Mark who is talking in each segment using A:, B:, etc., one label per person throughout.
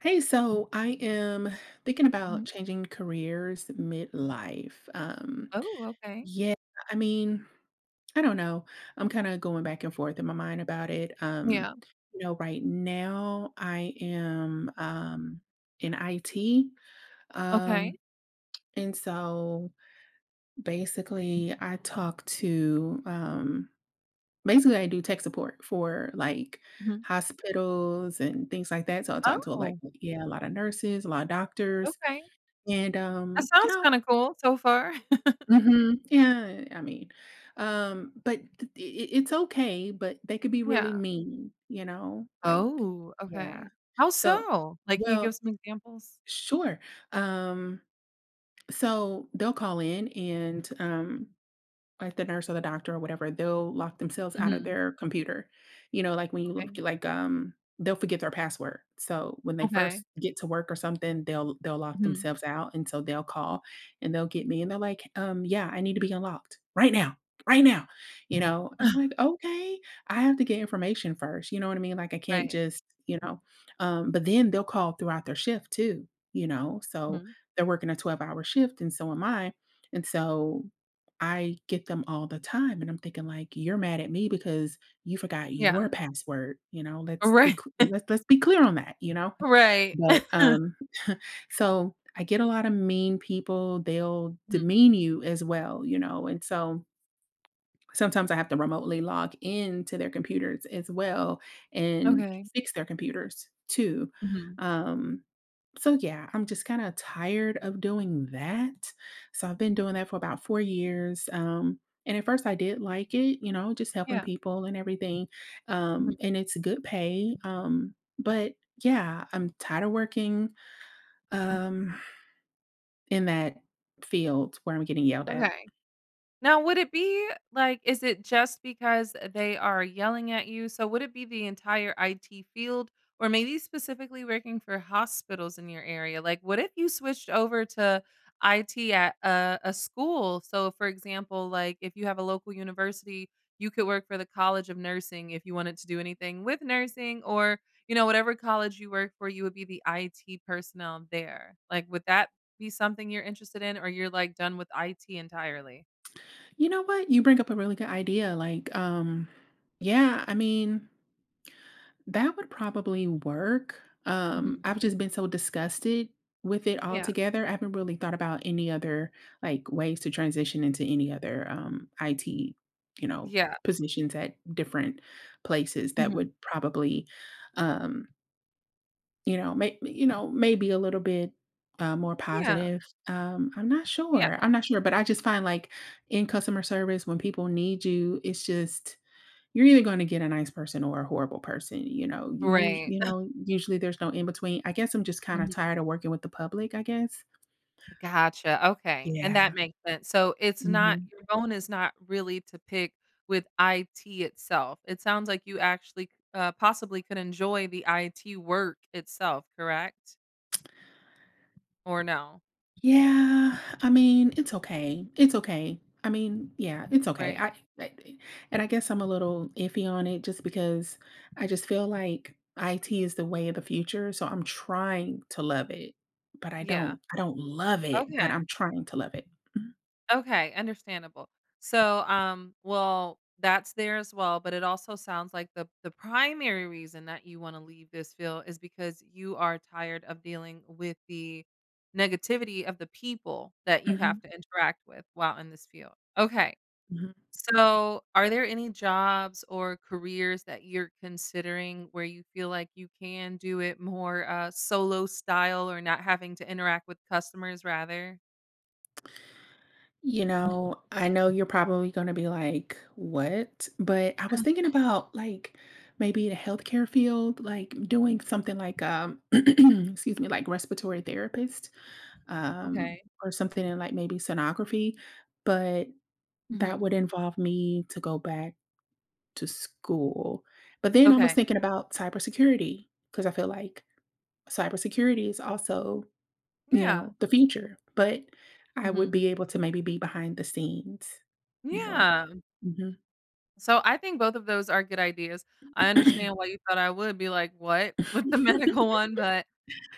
A: Hey, so I am thinking about
B: Mhm.
A: changing careers midlife.
B: Oh, okay.
A: Yeah, I mean, I don't know. I'm kind of going back and forth in my mind about it. Um,
B: Yeah.
A: you know, Right now I am in IT.
B: Okay.
A: Um, and so basically I talk to um basically I do tech support for like
B: Mhm.
A: hospitals and things like that. So I talk to like,
B: Oh,
A: yeah, a lot of nurses, a lot of doctors.
B: okay.
A: And,
B: That
A: you
B: sounds
A: know
B: kinda cool so far.
A: Mhm. yeah, I mean, but th I It's okay, but they could be really
B: Yeah.
A: mean, you know? Like,
B: Oh,
A: yeah.
B: okay. How
A: So,
B: so? Like, can you give
A: well,
B: some examples?
A: sure. Um, so they'll call in, like the nurse or the doctor or whatever, they'll lock themselves out of
B: Mhm.
A: their computer. You know, like when you
B: Okay.
A: they'll forget their password. So when they
B: Okay.
A: first get to work or something, they'll lock
B: Mhm.
A: themselves out. And so they'll call and they'll get me and they're like, yeah, I need to be unlocked right now. Right now, you know? And I'm like, okay, I have to get information first. You know what I mean? Like, I can't
B: Right.
A: just, but then they'll call throughout their shift too, you know, so
B: Mhm.
A: they're working a 12-hour hour shift and so am I. And so I get them all the time, and I'm thinking like, "You're mad at me because you forgot
B: Yeah.
A: your password," you know? Let's be
B: Right.
A: cl let's be clear on that, you know?
B: Right.
A: But, um so I get a lot of mean people. They'll
B: Mhm.
A: demean you as well, you know? And so, sometimes I have to remotely log into their computers as well and
B: Okay.
A: fix their computers too,
B: Mhm.
A: um so, yeah, I'm just kinda tired of doing that. So, I've been doing that for about 4 years, and at first I did like it, you know, just helping
B: Yeah.
A: people and everything,
B: Mhm.
A: and it's good pay, but yeah, I'm tired of working, um, in that field where I'm getting yelled at.
B: Okay. Now, would it be like, is it just because they are yelling at you? So, would it be the entire IT field, or maybe specifically working for hospitals in your area? Like, what if you switched over to IT at a school? So, for example, like if you have a local university, you could work for the College of Nursing if you wanted to do anything with nursing, or you know, whatever college you work for, you would be the IT personnel there. Like, would that be something you're interested in, or you're like done with IT entirely?
A: You know what? You bring up a really good idea. Yeah, I mean, that would probably work.
B: Mhm.
A: I've just been so disgusted with it
B: Yeah,
A: altogether. I haven't really thought about any other like ways to transition into any other IT, you know,
B: yeah.
A: positions at different places that
B: Mhm.
A: would probably um maybe a little bit, more
B: Yeah,
A: positive. I'm not
B: yeah,
A: sure, but I just find, like, in customer service, when people need you, it's just you're either gonna get a nice person or a horrible person, you know?
B: right.
A: Usually there's no in between. I guess I'm just kinda
B: Mhm.
A: tired of working with the public, I guess.
B: Gotcha, okay, and
A: Yeah.
B: that makes sense. So it's not
A: Mhm.
B: your bone is not really to pick with IT itself. It sounds like you actually possibly could enjoy the IT work itself, correct? Or no?
A: Yeah, I mean, it's okay. It's okay. I mean, yeah, it's okay.
B: Right,
A: I And I guess I'm a little iffy on it just because I just feel like IT is the way of the future, so I'm trying to love it, but I
B: yeah,
A: don't I don't love it, but
B: okay.
A: I'm trying to love it. Mhm.
B: Okay, understandable. So, well, that's there as well, but it also sounds like the primary reason that you want to leave this field is because you are tired of dealing with the negativity of the people that you have
A: Mhm,
B: to interact with while in this field. Okay.
A: mhm.
B: So, are there any jobs or careers that you're considering where you feel like you can do it more solo style or not having to interact with customers rather?
A: You know, I know you're probably gonna be like, "What?" But I was
B: Uh,
A: thinking about like maybe the healthcare field, like doing something like excuse me, like respiratory therapist, um,
B: Okay.
A: or something in like maybe sonography, but that would
B: Hmm.
A: involve me to go back to school. But then I was
B: Okay.
A: thinking about cybersecurity because I feel like cybersecurity is also, you
B: Yeah.
A: know, the future, but I would
B: Mhm.
A: be able to maybe be behind the scenes more.
B: Yeah.
A: Mhm.
B: So I think both of those are good ideas. I understand why you thought I would be like, "What?" with the medical one, but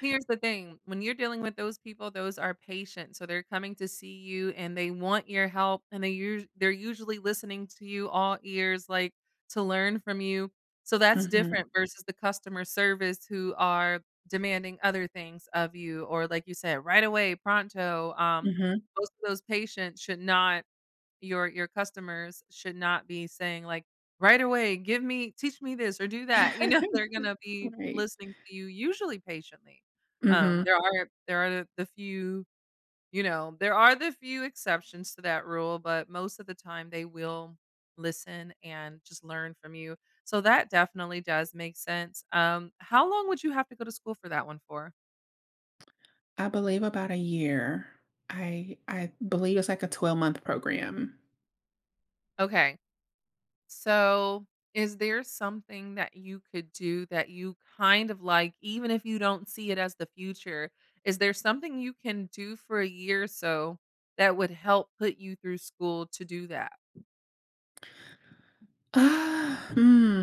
B: here's the thing, when you're dealing with those people, those are patients, so they're coming to see you and they want your help and they're usually listening to you all ears, like, to learn from you. So that's
A: Mhm,
B: different versus the customer service who are demanding other things of you or like you said, right away, pronto,
A: mhm.
B: most of those patients should not your customers should not be saying like, "Right away, give me teach me this or do that." You know, they're gonna be
A: Right.
B: listening to you usually patiently.
A: Mhm.
B: There are the few, there are the few exceptions to that rule, but most of the time they will listen and just learn from you. So that definitely does make sense. How long would you have to go to school for that one for?
A: I believe about a year. I believe it's like a 12-month program.
B: Okay. So, is there something that you could do that you kind of like, even if you don't see it as the future? Is there something you can do for a year or so that would help put you through school to do that?
A: Ah, hmm.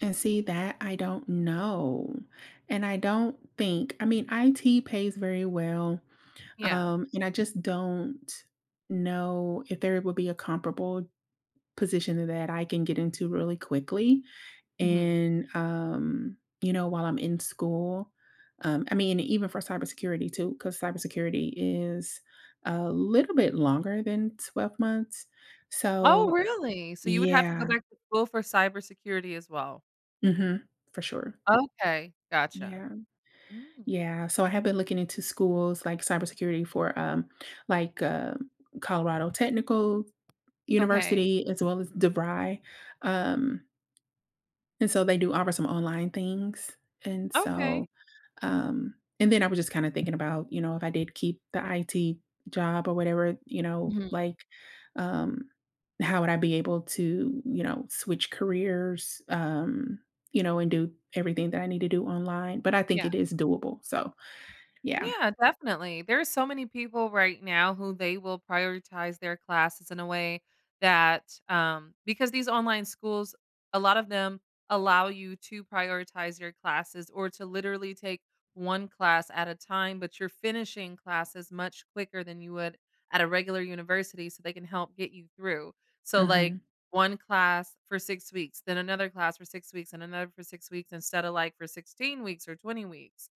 A: And see that I don't know. And I don't think. IT pays very well,
B: Yeah.
A: and I just don't know if there would be a comparable position that I can get into really quickly.
B: Mhm.
A: You know, while I'm in school. I mean, even for cybersecurity too, because cybersecurity is a little bit longer than 12 months.
B: Oh,
A: So,
B: really? So you would have to go
A: yeah.
B: back to school for cybersecurity as well?
A: Mhm. For sure.
B: Okay, gotcha.
A: Yeah.
B: Mm,
A: Yeah, so I have been looking into schools like cybersecurity for like uh, Colorado Technical
B: okay,
A: University as well as DeVry. Um and so they do offer some online things. And
B: okay.
A: so um and then I was just kind of thinking about, you know, if I did keep the IT job or whatever, you know,
B: Mhm.
A: um how would I be able to, you know, switch careers you know, and do everything that I need to do online, but I think
B: Yeah.
A: it is doable. So, yeah.
B: Yeah, definitely. There's so many people right now who they will prioritize their classes in a way that because these online schools, a lot of them allow you to prioritize your classes or to literally take one class at a time, but you're finishing classes much quicker than you would at a regular university so they can help get you through. So like
A: Mhm,
B: one class for 6 weeks, then another class for 6 weeks and another for 6 weeks instead of like for 16 weeks or 20 weeks.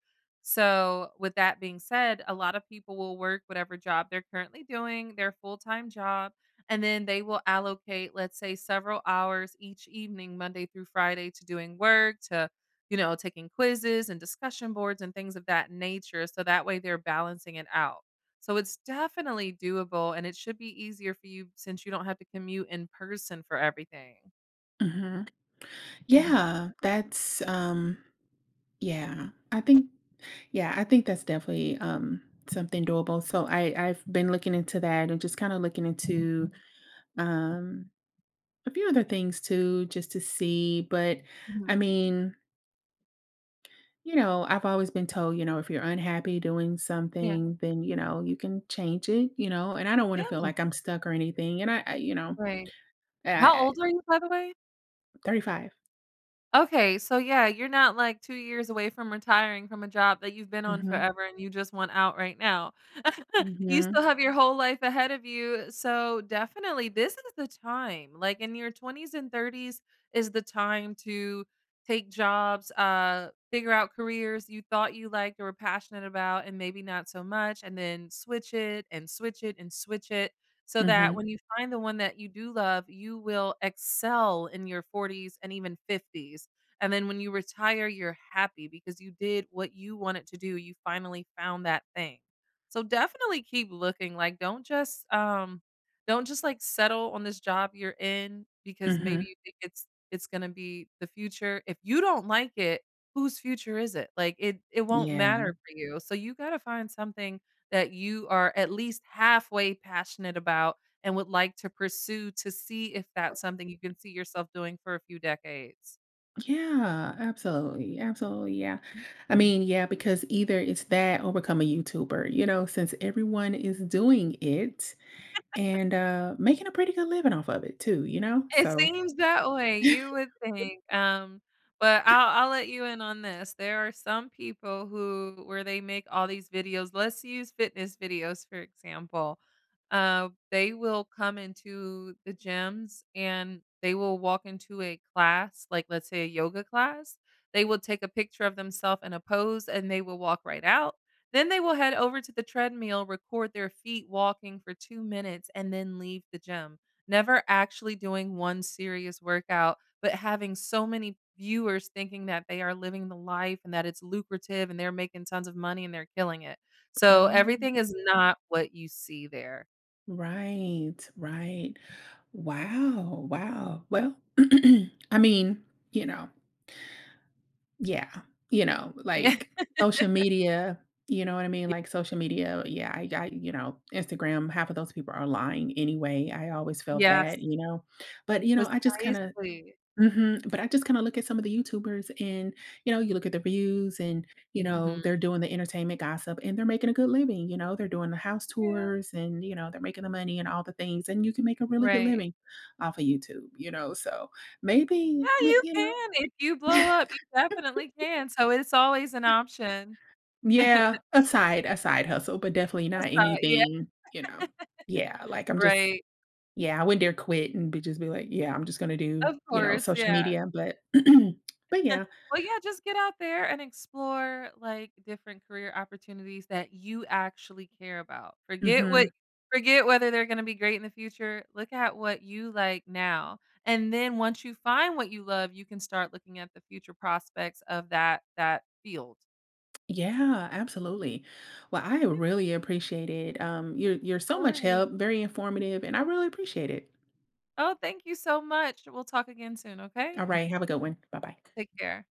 B: So, with that being said, a lot of people will work whatever job they're currently doing, their full-time job, and then they will allocate, let's say, several hours each evening, Monday through Friday, to doing work, to taking quizzes and discussion boards and things of that nature. So that way they're balancing it out. So it's definitely doable and it should be easier for you since you don't have to commute in person for everything.
A: mhm.
B: Mhm.
A: Yeah, that's, um yeah, I think that's definitely, something doable, so I 've been looking into that and just kinda looking into, um, a few other things too just to see. But, I
B: Mhm.
A: mean, you know, I've always been told, you know, if you're unhappy doing
B: Yeah.
A: something, then, you know, you can change it, you know, and I don't wanna
B: Yeah.
A: feel like I'm stuck or anything, and I you know,
B: Right. How
A: I
B: old are you, by the way?
A: 35.
B: Okay, so yeah, you're not, like, 2 years away from retiring from a job that you've been on
A: Mhm,
B: forever and you just want out right now. You
A: mhm,
B: still have your whole life ahead of you, so definitely this is the time, like, in your 20s and 30s is the time to take jobs, figure out careers you thought you liked or were passionate about and maybe not so much, and then switch it and switch it and switch it so that
A: mhm,
B: when you find the one that you do love, you will excel in your 40s and even 50s. And then when you retire, you're happy because you did what you wanted to do. You finally found that thing. So definitely keep looking. Like don't just like settle on this job you're in because maybe
A: mhm,
B: you think it's going to be the future. If you don't like it, whose future is it? Like it won't
A: yeah.
B: matter for you. So you got to find something that you are at least halfway passionate about and would like to pursue to see if that's something you can see yourself doing for a few decades?
A: Yeah, absolutely. Absolutely. Yeah. I mean, yeah, because either it's that or become a YouTuber, you know, since everyone is doing it and making a pretty good living off of it too, you know?
B: It
A: So,
B: seems that way, you would think, but I'll let you in on this. There are some people who where they make all these videos let's use fitness videos, for example. They will come into the gyms, and they will walk into a class, like, let's say, a yoga class. They will take a picture of themselves in a pose, and they will walk right out. Then they will head over to the treadmill, record their feet walking for 2 minutes, and then leave the gym. Never actually doing one serious workout, but having so many viewers thinking that they are living the life and that it's lucrative and they're making tons of money and they're killing it. So
A: oh,
B: everything is not what you see there.
A: right, right. Wow, wow. Well, I mean, you know, Yeah, you know, like, social media, you know what I mean?
B: Yeah.
A: Like, Social media, yeah, Instagram, half of those people are lying anyway. I always felt
B: Yes,
A: that, you know? But, you know, I just kinda
B: precisely.
A: Mhm. But I just kinda look at some of the YouTubers and, you know, you look at the views, and, you know,
B: Mhm.
A: they're doing the entertainment gossip and they're making a good living, you know? They're doing the house
B: Yeah,
A: tours, and, you know, they're making the money and all the things, and you can make a really good
B: right.
A: living off of YouTube, you know? So, maybe,
B: Yeah, you
A: you know?
B: can. If you blow up, you definitely can. So it's always an option. That's
A: Yeah, a side hustle, but definitely not
B: how, yeah,
A: anything, yeah, like, I'm just
B: right.
A: yeah, I wouldn't dare quit and be just be like, "Yeah, I'm just gonna do,
B: Of
A: you know,
B: course,
A: social
B: yeah.
A: media," but but yeah.
B: Well, yeah, just get out there and explore, like, different career opportunities that you actually care about.
A: Mhm.
B: Forget whether they're gonna be great in the future, look at what you like now, and then once you find what you love, you can start looking at the future prospects of that field.
A: Yeah, absolutely. Well, I really appreciate it, you're
B: Of
A: you're so much
B: course.
A: help, very informative, and I really appreciate it.
B: Oh, thank you so much. We'll talk again soon, okay?
A: Alright, have a good one. Bye-bye.
B: Take care.